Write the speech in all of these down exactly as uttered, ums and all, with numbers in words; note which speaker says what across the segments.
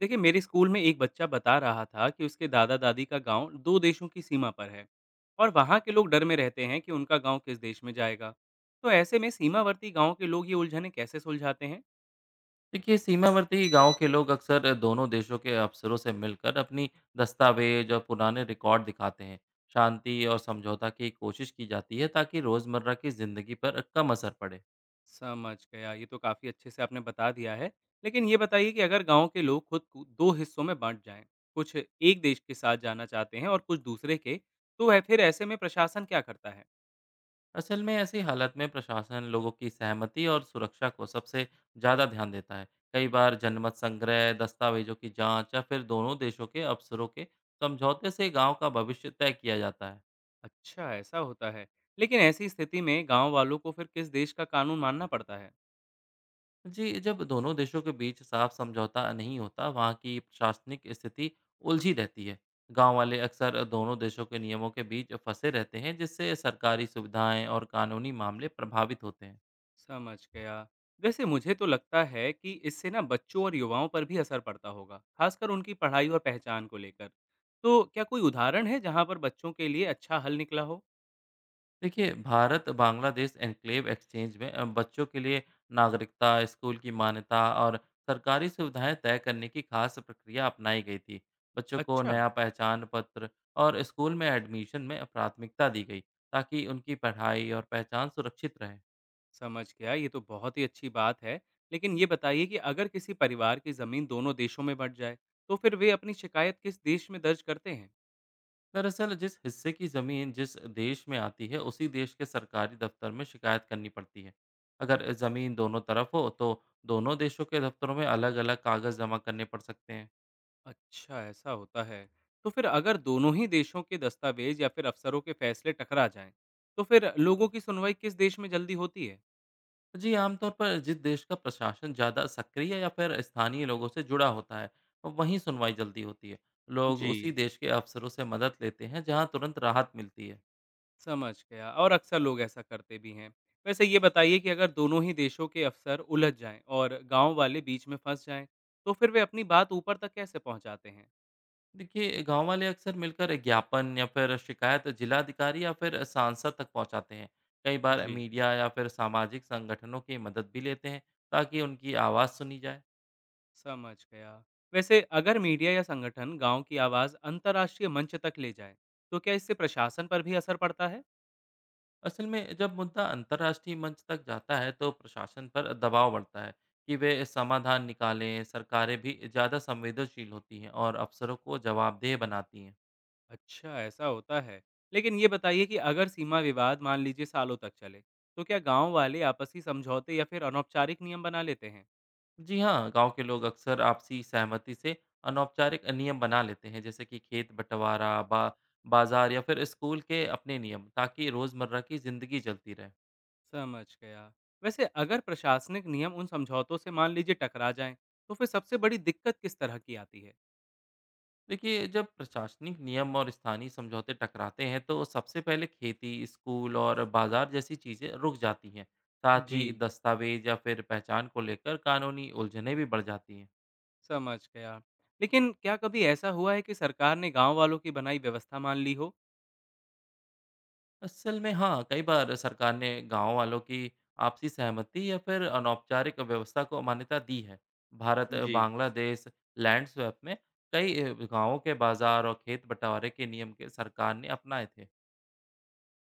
Speaker 1: देखिए, मेरे स्कूल में एक बच्चा बता रहा था कि उसके दादा दादी का गांव दो देशों की सीमा पर है। और वहां के लोग डर में रहते हैं कि उनका गांव किस देश में जाएगा। तो ऐसे में सीमावर्ती गांव के लोग ये उलझनें कैसे सुलझाते हैं?
Speaker 2: देखिए सीमावर्ती गांव के लोग अक्सर दोनों देशों के अफसरों से मिलकर अपनी दस्तावेज और पुराने रिकॉर्ड दिखाते हैं। शांति और समझौता की कोशिश की जाती है ताकि रोजमर्रा की जिंदगी पर कम असर पड़े।
Speaker 1: समझ गया, ये तो काफी अच्छे से आपने बता दिया है। लेकिन ये बताइए कि अगर गांव के लोग खुद को दो हिस्सों में बांट जाएं, कुछ एक देश के साथ जाना चाहते हैं और कुछ दूसरे के, तो है फिर ऐसे में प्रशासन क्या करता है?
Speaker 2: असल में ऐसी हालत में प्रशासन लोगों की सहमति और सुरक्षा को सबसे ज्यादा ध्यान देता है। कई बार जनमत संग्रह, दस्तावेजों की जांच या फिर दोनों देशों के अफसरों के समझौते से गांव का भविष्य तय किया जाता है।
Speaker 1: अच्छा, ऐसा होता है। लेकिन ऐसी स्थिति में गांव वालों को फिर किस देश का कानून मानना पड़ता है?
Speaker 2: जी, जब दोनों देशों के बीच साफ समझौता नहीं होता, वहाँ की प्रशासनिक स्थिति उलझी रहती है। गांव वाले अक्सर दोनों देशों के नियमों के बीच फंसे रहते हैं, जिससे सरकारी सुविधाएं और कानूनी मामले प्रभावित होते हैं।
Speaker 1: समझ गया। वैसे मुझे तो लगता है कि इससे ना बच्चों और युवाओं पर भी असर पड़ता होगा, खासकर उनकी पढ़ाई और पहचान को लेकर। तो क्या कोई उदाहरण है जहाँ पर बच्चों के लिए अच्छा हल निकला हो?
Speaker 2: देखिए, भारत बांग्लादेश एनक्लेव एक्सचेंज में अ, बच्चों के लिए नागरिकता, स्कूल की मान्यता और सरकारी सुविधाएं तय करने की खास प्रक्रिया अपनाई गई थी। बच्चों को
Speaker 1: अच्छा,
Speaker 2: नया पहचान पत्र और स्कूल में एडमिशन में प्राथमिकता दी गई ताकि उनकी पढ़ाई और पहचान सुरक्षित रहे।
Speaker 1: समझ गया। ये तो बहुत ही अच्छी बात है। लेकिन ये बताइए कि अगर किसी परिवार की ज़मीन दोनों देशों में बँट जाए, तो फिर वे अपनी शिकायत किस देश में दर्ज करते हैं?
Speaker 2: दरअसल जिस हिस्से की ज़मीन जिस देश में आती है, उसी देश के सरकारी दफ्तर में शिकायत करनी पड़ती है। अगर ज़मीन दोनों तरफ हो तो दोनों देशों के दफ्तरों में अलग-अलग कागज़ जमा करने पड़ सकते हैं।
Speaker 1: अच्छा, ऐसा होता है। तो फिर अगर दोनों ही देशों के दस्तावेज़ या फिर अफसरों के फैसले टकरा जाएँ, तो फिर लोगों की सुनवाई किस देश में जल्दी होती है?
Speaker 2: जी, आमतौर पर जिस देश का प्रशासन ज़्यादा सक्रिय या फिर स्थानीय लोगों से जुड़ा होता है, वहीं सुनवाई जल्दी होती है। लोग
Speaker 1: जी,
Speaker 2: उसी देश के अफसरों से मदद लेते हैं जहां तुरंत राहत मिलती है।
Speaker 1: समझ गया और अक्सर लोग ऐसा करते भी हैं। वैसे ये बताइए कि अगर दोनों ही देशों के अफ़सर उलझ जाएँ और गाँव वाले बीच में फँस जाएँ, तो फिर वे अपनी बात ऊपर तक कैसे पहुँचाते हैं?
Speaker 2: देखिए, गांव वाले अक्सर मिलकर ज्ञापन या फिर शिकायत जिलाधिकारी या फिर सांसद तक पहुंचाते हैं। कई बार
Speaker 1: जी,
Speaker 2: मीडिया या फिर सामाजिक संगठनों की मदद भी लेते हैं ताकि उनकी आवाज़ सुनी जाए।
Speaker 1: समझ गया। वैसे अगर मीडिया या संगठन गाँव की आवाज़ अंतर्राष्ट्रीय मंच तक ले जाएँ, तो क्या इससे प्रशासन पर भी असर पड़ता है?
Speaker 2: असल में जब मुद्दा अंतर्राष्ट्रीय मंच तक जाता है तो प्रशासन पर दबाव बढ़ता है कि वे समाधान निकालें। सरकारें भी ज़्यादा संवेदनशील होती हैं और अफसरों को जवाबदेह बनाती हैं।
Speaker 1: अच्छा, ऐसा होता है। लेकिन ये बताइए कि अगर सीमा विवाद मान लीजिए सालों तक चले, तो क्या गाँव वाले आपसी समझौते या फिर अनौपचारिक नियम बना लेते हैं?
Speaker 2: जी हाँ, गांव के लोग अक्सर आपसी सहमति से अनौपचारिक नियम बना लेते हैं, जैसे कि खेत बंटवारा, बा, बाजार या फिर स्कूल के अपने नियम, ताकि रोज़मर्रा की ज़िंदगी चलती रहे।
Speaker 1: समझ गया। वैसे अगर प्रशासनिक नियम उन समझौतों से मान लीजिए टकरा जाएं, तो फिर सबसे बड़ी दिक्कत किस तरह की आती है?
Speaker 2: देखिए, जब प्रशासनिक नियम और स्थानीय समझौते टकराते हैं तो सबसे पहले खेती, स्कूल और बाजार जैसी चीजें रुक जाती हैं। साथ
Speaker 1: जी,
Speaker 2: ही दस्तावेज या फिर पहचान को लेकर कानूनी उलझनें भी बढ़ जाती हैं।
Speaker 1: समझ गया। लेकिन क्या कभी ऐसा हुआ है कि सरकार ने गांव वालों की बनाई व्यवस्था मान ली हो?
Speaker 2: असल में हाँ, कई बार सरकार ने गांव वालों की आपसी सहमति या फिर अनौपचारिक व्यवस्था को मान्यता दी है। भारत
Speaker 1: जी,
Speaker 2: बांग्लादेश लैंड स्वैप में कई अ, गांवों के बाजार और खेत बंटवारे के नियम के सरकार ने अपनाए थे।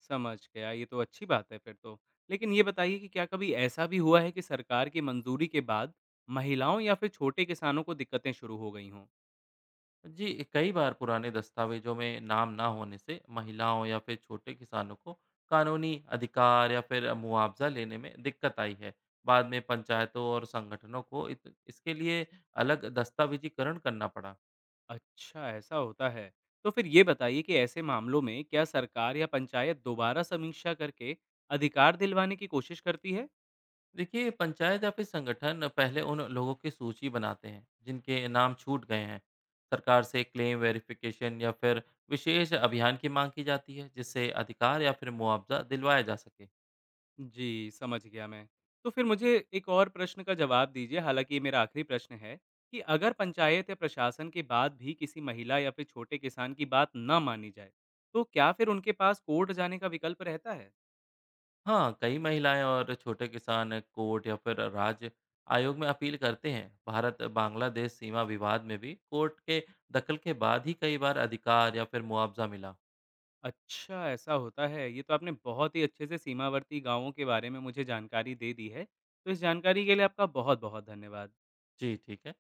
Speaker 1: समझ गया। ये तो अच्छी बात है फिर तो। लेकिन ये बताइए कि क्या कभी ऐसा भी हुआ है कि सरकार की मंजूरी के बाद महिलाओं या फिर छोटे किसानों को दिक्कतें शुरू हो गई हों?
Speaker 2: जी, कई बार पुराने दस्तावेजों में नाम ना होने से महिलाओं या फिर छोटे किसानों को कानूनी अधिकार या फिर मुआवजा लेने में दिक्कत आई है। बाद में पंचायतों और संगठनों को इत, इसके लिए अलग दस्तावेजीकरण करना पड़ा।
Speaker 1: अच्छा, ऐसा होता है। तो फिर ये बताइए कि ऐसे मामलों में क्या सरकार या पंचायत दोबारा समीक्षा करके अधिकार दिलवाने की कोशिश करती है?
Speaker 2: देखिए, पंचायत या फिर संगठन पहले उन लोगों की सूची बनाते हैं जिनके नाम छूट गए हैं। सरकार से क्लेम वेरिफिकेशन या फिर विशेष अभियान की मांग की जाती है, जिससे अधिकार या फिर मुआवजा दिलवाया जा सके।
Speaker 1: जी, समझ गया मैं। तो फिर मुझे एक और प्रश्न का जवाब दीजिए, हालाँकि ये मेरा आखिरी प्रश्न है कि अगर पंचायत या प्रशासन के बाद भी किसी महिला या फिर छोटे किसान की बात ना मानी जाए, तो क्या फिर उनके पास कोर्ट जाने का विकल्प रहता है?
Speaker 2: हाँ, कई महिलाएं और छोटे किसान कोर्ट या फिर राज्य आयोग में अपील करते हैं। भारत बांग्लादेश सीमा विवाद में भी कोर्ट के दखल के बाद ही कई बार अधिकार या फिर मुआवजा मिला।
Speaker 1: अच्छा, ऐसा होता है। ये तो आपने बहुत ही अच्छे से सीमावर्ती गाँवों के बारे में मुझे जानकारी दे दी है। तो इस जानकारी के लिए आपका बहुत-बहुत धन्यवाद।
Speaker 2: जी, ठीक है।